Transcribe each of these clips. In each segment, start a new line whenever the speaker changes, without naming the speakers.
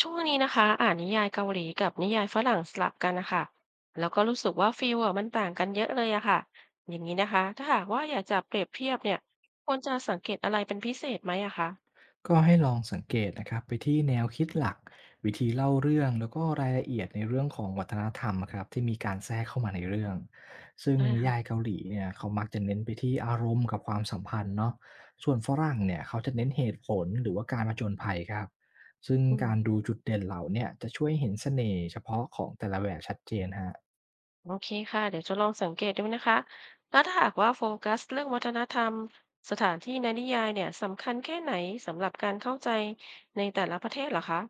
ช่วงนี้นะคะอ่านนิยายเกาหลีกับนิยายฝรั่งสลับกันนะคะแล้วก็รู้สึกว่าฟีลอะมันต่างกันเยอะเลยอะค่ะอย่างนี้นะคะถ้าหากว่าอยากจะเปรียบเทียบเนี่ยควรจะสังเกตอะไรเป็นพิเศษไหมอะคะ
ก็ให้ลองสังเกตนะครับไปที่แนวคิดหลักวิธีเล่าเรื่องแล้วก็รายละเอียดในเรื่องของวัฒนธรรมครับที่มีการแทรกเข้ามาในเรื่องซึ่ง
อ่
นิยาย
ค่ะ
เกาหลีเนี่ยเขามักจะเน้นไปที่อารมณ์กับความสัมพันธ์เนาะส่วนฝรั่งเนี่ยเขาจะเน้นเหตุผลหรือว่าการผจญภัยครับซึ่ง
อื
การ
ม
ดูจุดเด่นเหล่าเนี่ยจะช่วยเห็นเสน่ห์เฉพาะของแต่ละแบบชัดเจนฮะ
โอเคค่ะเดี๋ยวจะลองสังเกตดูนะคะแล้วถ้าหากว่าโฟกัสเรื่องวัฒนธรรมสถานที่ในนิยายเนี่ยสำคัญแค่ไหนสำหรับการเข้าใจในแต่ละประเทศเหรอคะ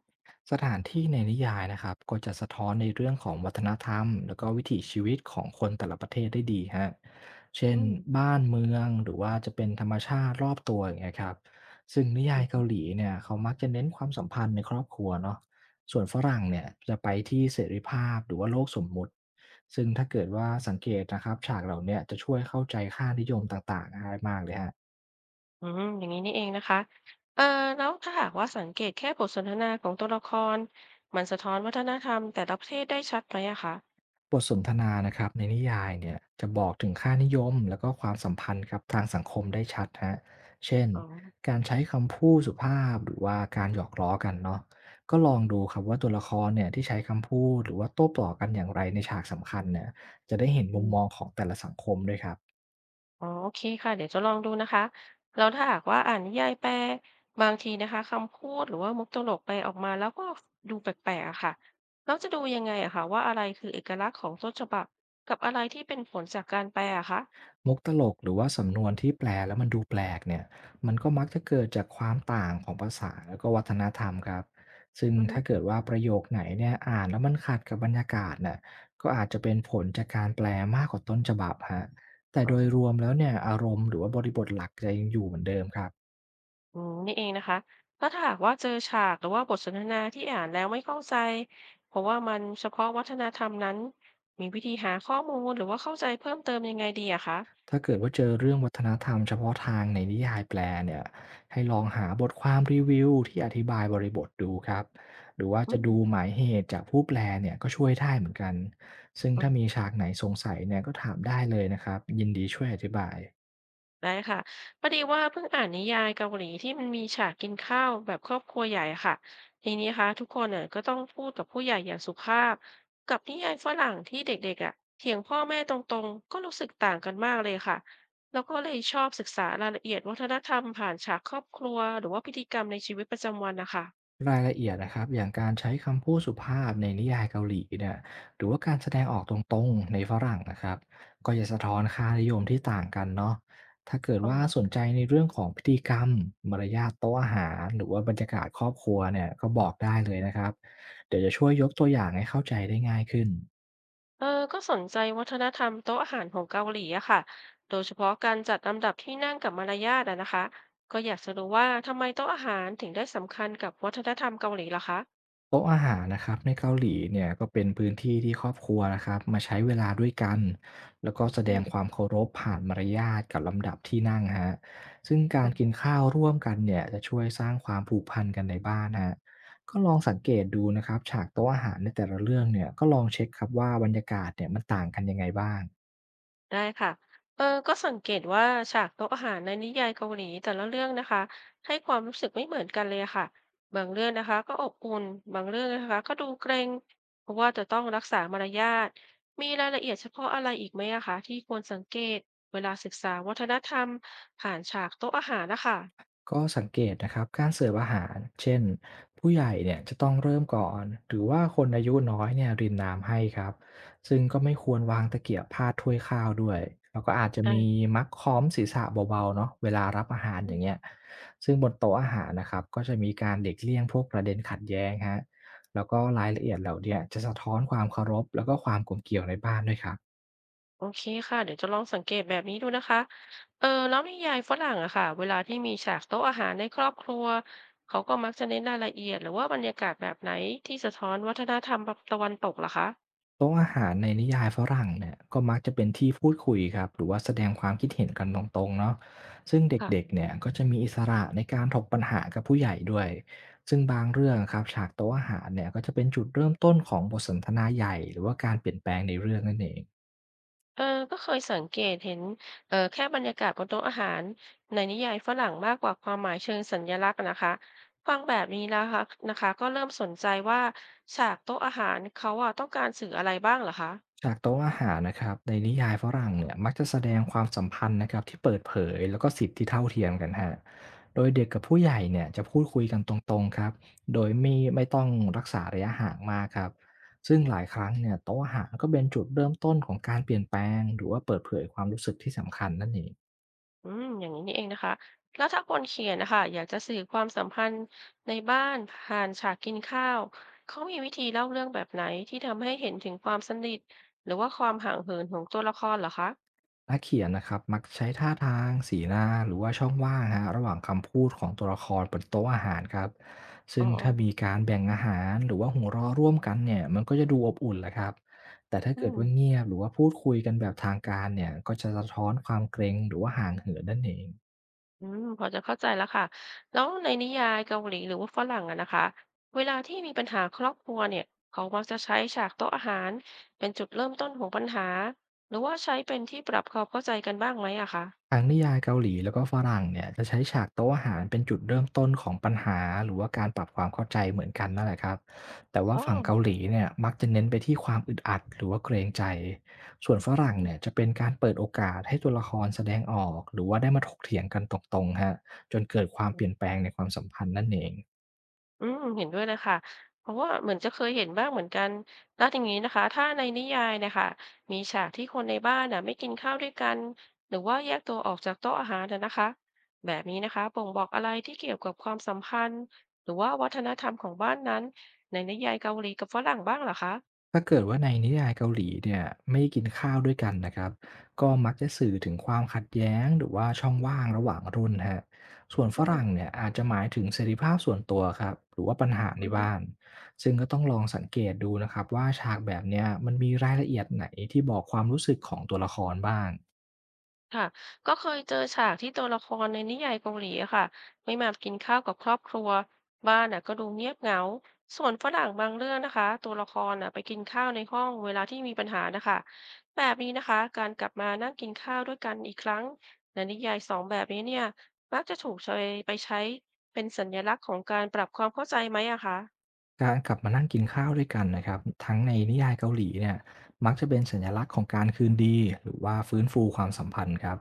สถานที่ในนิยายนะครับก็จะสะท้อนในเรื่องของวัฒนธรรมแล้วก็วิถีชีวิตของคนแต่ละประเทศได้ดีฮะเช่น
อืม
บ้านเมืองหรือว่าจะเป็นธรรมชาติรอบตัวอย่างเงี้ยครับซึ่งนิยายเกาหลีเนี่ยเขามักจะเน้นความสัมพันธ์ในครอบครัวเนาะส่วนฝรั่งเนี่ยจะไปที่เสรีภาพหรือว่าโลกสมมุติซึ่งถ้าเกิดว่าสังเกตนะครับฉากเหล่าเนี้จะช่วยเข้าใจค่านิยมต่างๆได้มากเลยฮะ
อืมอย่างนี้นี่เองนะคะเอ่อแล้วถ้าหากว่าสังเกตแค่บทสนทนาของตัวละครมันสะท้อนวัฒนธรรมแต่ละประเทศได้ชัดไหมอะคะ
บทสนทนานะครับในนิยายเนี่ยจะบอกถึงค่านิยมแล้วก็ความสัมพันธ์ครับทางสังคมได้ชัดฮะเช่น
อ๋อ
การใช้คำพูดสุภาพหรือว่าการหยอกล้อกันเนาะก็ลองดูครับว่าตัวละครเนี่ยที่ใช้คำพูดหรือว่าโต้ตอบกันอย่างไรในฉากสำคัญเนี่ยจะได้เห็นมุ
อื
ม
ม
มองของแต่ละสังคมด้วยครับ
อ๋อโอเคค่ะเดี๋ยวจะลองดูนะคะแล้วถ้าหากว่าอ่านนิยายแปลบางทีนะคะคำพูดหรือว่ามุกตลกแปลออกมาแล้วก็ดูแปลกๆอะค่ะแล้วจะดูยังไงอะคะว่าอะไรคือเอกลักษณ์ของต้นฉบับกับอะไรที่เป็นผลจากการแปลอะคะ
มุกตลกหรือว่าสำนวนที่แปลแล้วมันดูแปลกเนี่ยมันก็มักจะเกิดจากความต่างของภาษาแล้วก็วัฒนธรรมครับซึ่ง
อือฮึ
ถ้าเกิดว่าประโยคไหนเนี่ยอ่านแล้วมันขัดกับบรรยากาศน่ะก็อาจจะเป็นผลจากการแปลมากกว่าต้นฉบับฮะแต่
อ๋อ
โดยรวมแล้วเนี่ยอารมณ์หรือว่าบริบทหลักจะยังอยู่เหมือนเดิมครับ
อืมนี่เองนะคะแล้วถ้าหากว่าเจอฉากหรือว่าบทสนทนาที่อ่านแล้วไม่เข้าใจเพราะว่ามันเฉพาะวัฒนธรรมนั้นมีวิธีหาข้อมูลหรือว่าเข้าใจเพิ่มเติมยังไงดีอะคะ
ถ้าเกิดว่าเจอเรื่องวัฒนธรรมเฉพาะทางในนิยายแปลเนี่ยให้ลองหาบทความรีวิวที่อธิบายบริบทดูครับหรือว่า
อื
จะดู
ม
หมายเหตุจากผู้แปลเนี่ยก็ช่วยได้เหมือนกัน ซึ่ง
อื
ถ้า
ม
มีฉากไหนสงสัยเนี่ยก็ถามได้เลยนะครับยินดีช่วยอธิบาย
ได้ค่ะพอดีว่าเพิ่งอ่านนิยายเกาหลีที่มันมีฉากกินข้าวแบบครอบครัวใหญ่อะค่ะทีนี้นะคะทุกคนน่ะก็ต้องพูดกับผู้ใหญ่อย่างสุภาพกับนิยายฝรั่งที่เด็กๆอ่ะเถียงพ่อแม่ตรงๆก็รู้สึกต่างกันมากเลยค่ะแล้วก็เลยชอบศึกษารายละเอียดวัฒนธรรมผ่านฉากครอบครัวหรือว่าพิธีกรรมในชีวิตประจำวันนะคะ
รายละเอียดนะครับอย่างการใช้คำพูดสุภาพในนิยายเกาหลีเนี่ยหรือว่าการแสดงออกตรงๆในฝรั่งนะครับก็จะสะท้อนค่านิยมที่ต่างกันเนาะถ้าเกิดว่าสน
อ
ใจในเรื่องของพิธีกรรมมารยาทโต๊ะอาหารหรือว่าบรรยากาศครอบครัวเนี่ยก็บอกได้เลย
อ
นะครับเดี๋ยวจะช่วยยกตัวอย่างให้เข้าใจได้ง่ายขึ้น
เออก็สนใจวัฒนธรรมโต๊ะอาหารของเกาหลีอะค่ะโดยเฉพาะการจัดลำดับที่นั่งกับมารยาทอะนะคะ ก็อยากจะรู้ว่าทำไมโต๊ะอาหารถึงได้สำคัญกับวัฒนธรรมเกาหลีล่ะคะ
โต๊ะอาหารนะครับในเกาหลีเนี่ยก็เป็นพื้นที่ที่ครอบครัวนะครับมาใช้เวลาด้วยกันแล้วก็แสด
อื
งค
ม
วามเคารพผ่านมารยาทกับลำดับที่นั่งฮะซึ่งการกินข้าวร่วมกันเนี่ยจะช่วยสร้างความผูกพันกันในบ้านฮะก็ลองสังเกตดูนะครับฉากโต๊ะอาหารในแต่ละเรื่องเนี่ยก็ลองเช็คครับว่าบรรยากาศเนี่ยมันต่างกันยังไงบ้าง
ได้ค่ะเออก็สังเกตว่าฉากโต๊ะอาหารในนิยายเกาหลีแต่ละเรื่องนะคะให้ความรู้สึกไม่เหมือนกันเลยอะค่ะบางเรื่องนะคะก็อบอุ่นบางเรื่องนะคะก็ดูเกรงเพราะว่าจะต้องรักษามารยาทมีรายละเอียดเฉพาะอะไรอีกไหมอะคะที่ควรสังเกตเวลาศึกษาวัฒนธรรมผ่านฉากโต๊ะอาหารนะคะ
ก็สังเกตนะครับการเสิร์ฟอาหารเช่นผู้ใหญ่เนี่ยจะต้องเริ่มก่อนหรือว่าคนอายุน้อยเนี่ยรินน้ำให้ครับซึ่งก็ไม่ควรวางตะเกียบพาดถ้วยข้าวด้วยแล้วก็อาจจะมี
อ่
มักค้อมศีรษะเบาๆเนาะเวลารับอาหารอ
า
ย่างเงี้ยซึ่งบนโต๊ะอาหารนะครับก็จะมีการเด็กเลี่ยงพวกประเด็นขัดแย้งฮะแล้วก็รายละเอียดเหล่าเนี้ยจะสะท้อนความเคารพแล้วก็ความกลมเกลี่ยวในบ้านด้วยครับ
โอเคค่ะเดี๋ยวจะลองสังเกตแบบนี้ดูนะคะเออแล้วนิยายฝรั่งอะค่ะเวลาที่มีฉากโต๊ะอาหารในครอบครัวเขาก็มักจะเน้นรายละเอียดหรือว่าบรรยากาศแบบไหนที่สะท้อนวัฒนธรรมตะวันตกล่ะคะ
โต๊ะอาหารในนิยายฝรั่งเนี่ยก็มักจะเป็นที่พูดคุยครับหรือว่าแสดงความคิดเห็นกันตรงๆเนาะซึ่งเ
ค่ะ
ด็กๆเนี่ยก็จะมีอิสระในการถกปัญหากับผู้ใหญ่ด้วยซึ่งบางเรื่องครับฉากโต๊ะอาหารเนี่ยก็จะเป็นจุดเริ่มต้นของบทสนทนาใหญ่หรือว่าการเปลี่ยนแปลงในเรื่องนั่นเอง
เออก็เคยสังเกตเห็นเออแค่บรรยากาศบนโต๊ะอาหารในนิยายฝรั่งมากกว่าความหมายเชิงสัญลักษณ์อะนะคะฟังแบบนี้แล้วค่ะนะคะก็เริ่มสนใจว่าฉากโต๊ะอาหารเขาอะต้องการสื่ออะไรบ้างเหรอคะ
จากโต๊ะอาหารนะครับในนิยายฝรั่งเนี่ยมักจะแสดงความสัมพันธ์นะครับที่เปิดเผยแล้วก็สิทธิ์ที่เท่าเทียมกันฮะโดยเด็กกับผู้ใหญ่เนี่ยจะพูดคุยกันตรงๆครับโดยไม่ต้องรักษาระยะห่างมากครับซึ่งหลายครั้งเนี่ยโต๊ะอาหารก็เป็นจุดเริ่มต้นของการเปลี่ยนแปลงหรือว่าเปิดเผยความรู้สึกที่สำคัญนั่นเอง
อืมอย่างนี้นี่เองนะคะแล้วถ้าคนเขียนนะคะอยากจะสื่อความสัมพันธ์ในบ้านผ่านฉากกินข้าวเขามีวิธีเล่าเรื่องแบบไหนที่ทำให้เห็นถึงความสนิทหรือว่าความห่างเหินของตัวละครเหรอคะ
นักเขียนนะครับมักใช้ท่าทางสีหน้าหรือว่าช่องว่างฮะระหว่างคำพูดของตัวละครบนโต๊ะอาหารครับซึ่
อ๋อ
งถ้ามีการแบ่งอาหารหรือว่าหัวเราะร่วมกันเนี่ยมันก็จะดูอบอุ่นแหละครับแต่ถ้า
อื
เกิด
ม
ว่าเงียบหรือว่าพูดคุยกันแบบทางการเนี่ยก็จะสะท้อนความเกรงหรือว่าห่างเหินนั่นเอง
อืมพอจะเข้าใจแล้วค่ะแล้วในนิยายเกาหลีหรือว่าฝรั่งอะนะคะเวลาที่มีปัญหาครอบครัวเนี่ยเขามักจะใช้ฉากโต๊ะอาหารเป็นจุดเริ่มต้นของปัญหาหรือว่าใช้เป็นที่ปรับความเข้าใจกันบ้างไหมอะคะ
ทั้งนิยายเกาหลีแล้วก็ฝรั่งเนี่ยจะใช้ฉากโต๊ะอาหารเป็นจุดเริ่มต้นของปัญหาหรือว่าการปรับความเข้าใจเหมือนกันนั่นแหละครับแต่ว่า
อ๋อ
ฝั่งเกาหลีเนี่ยมักจะเน้นไปที่ความอึดอัดหรือว่าเกรงใจส่วนฝรั่งเนี่ยจะเป็นการเปิดโอกาสให้ตัวละครแสดงออกหรือว่าได้มาถกเถียงกันตรงๆฮะจนเกิดความเปลี่ยนแปลงในความสัมพันธ์นั่นเอง
อืมเห็นด้วยเลยค่ะเพราะว่าเหมือนจะเคยเห็นบ้างเหมือนกันแล้วอย่างนี้นะคะถ้าในนิยายเนะคะมีฉากที่คนในบ้านน่ะไม่กินข้าวด้วยกันหรือว่าแยกตัวออกจากโต๊ะอาหารนะนะคะแบบนี้นะคะบ่งบอกอะไรที่เกี่ยวกับความสัมพันธ์หรือว่าวัฒนธรรมของบ้านนั้นในนิยายเกาหลีกับฝรั่งบ้างเหรอคะ
ถ้าเกิดว่าในนิยายเกาหลีเนี่ยไม่กินข้าวด้วยกันนะครับก็มักจะสื่อถึงความขัดแย้งหรือว่าช่องว่างระหว่างรุ่นฮะส่วนฝ
อืม
รั่งเนี่ยอาจจะหมายถึงเสรีภาพส่วนตัวครับหรือว่าปัญหา
อื
ใน
อ
บ้านซึ่งก็ต้องลองสังเกตดูนะครับว่าฉากแบบเนี้ยมันมีรายละเอียดไหนที่บอกความรู้สึกของตัวละครบ้าง
ค่ะก็เคยเจอฉากที่ตัวละครในนิยายเกาหลีอะค่ะไม่มากินข้าวกับครอบครัวบ้านน่ะก็ดูเงียบเหงาส่วนฝรั่งบางเรื่องนะคะตัวละครน่ะไปกินข้าวในห้องเวลาที่มีปัญหานะคะแบบนี้นะคะการกลับมานั่งกินข้าวด้วยกันอีกครั้งในนิยายสองแบบนี้เนี่ยมักจะถูกใช้ไปใช้เป็นสัญลักษณ์ของการปรับความเข้าใจไหมอะคะ
การกลับมานั่งกินข้าวด้วยกันนะครับทั้งในนิยายเกาหลีเนี่ยมักจะเป็นสัญลักษณ์ของการคืนดีหรือว่าฟื้นฟูความสัมพันธ์ครับ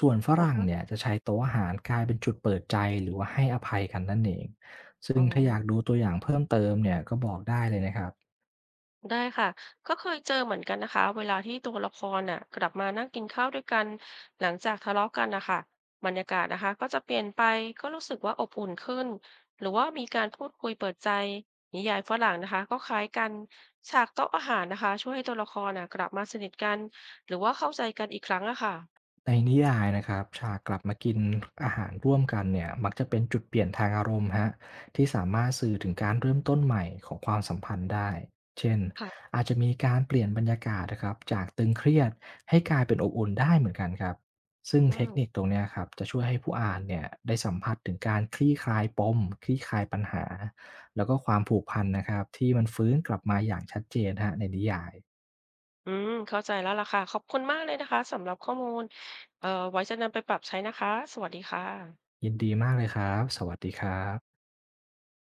ส่วนฝ
อือ
รั่ง
ฮะ
เนี่ยจะใช้โต๊ะอาหารกลายเป็นจุดเปิดใจหรือว่าให้อภัยกันนั่นเองซึ่
อ๋
ง
อ
ถ้าอยากดูตัวอย่างเพิ่มเติมเนี่ยก็บอกได้เลยนะครับ
ได้ค่ะก็เคยเจอเหมือนกันนะคะเวลาที่ตัวละครน่ะกลับมานั่งกินข้าวด้วยกันหลังจากทะเลาะกันนะคะบรรยากาศนะคะก็จะเปลี่ยนไปก็รู้สึกว่าอบอุ่นขึ้นหรือว่ามีการพูดคุยเปิดใจนิยายฝรั่งนะคะก็คล้ายกันฉากโต๊ะอาหารนะคะช่วยให้ตัวละครน่ะกลับมาสนิทกันหรือว่าเข้าใจกันอีกครั้งอะค่ะ
ในนิยายนะครับฉากกลับมากินอาหารร่วมกันเนี่ยมักจะเป็นจุดเปลี่ยนทางอารมณ์ฮะที่สามารถสื่อถึงการเริ่มต้นใหม่ของความสัมพันธ์ได้เช่น
ค่ะ
อาจจะมีการเปลี่ยนบรรยากาศนะครับจากตึงเครียดให้กลายเป็นอบอุ่นได้เหมือนกันครับซึ่ง
อื
เทค
ม
นิคตรงเนี้ยครับจะช่วยให้ผู้อ่านเนี่ยได้สัมผัสถึงการคลี่คลายปมคลี่คลายปัญหาแล้วก็ความผูกพันนะครับที่มันฟื้นกลับมาอย่างชัดเจนฮะในนิยาย
อืมเข้าใจแล้วล่ะค่ะขอบคุณมากเลยนะคะสำหรับข้อมูลไว้จะนำไปปรับใช้นะคะสวัสดีค่ะ
ยินดีมากเลยครับสวัสดีครับ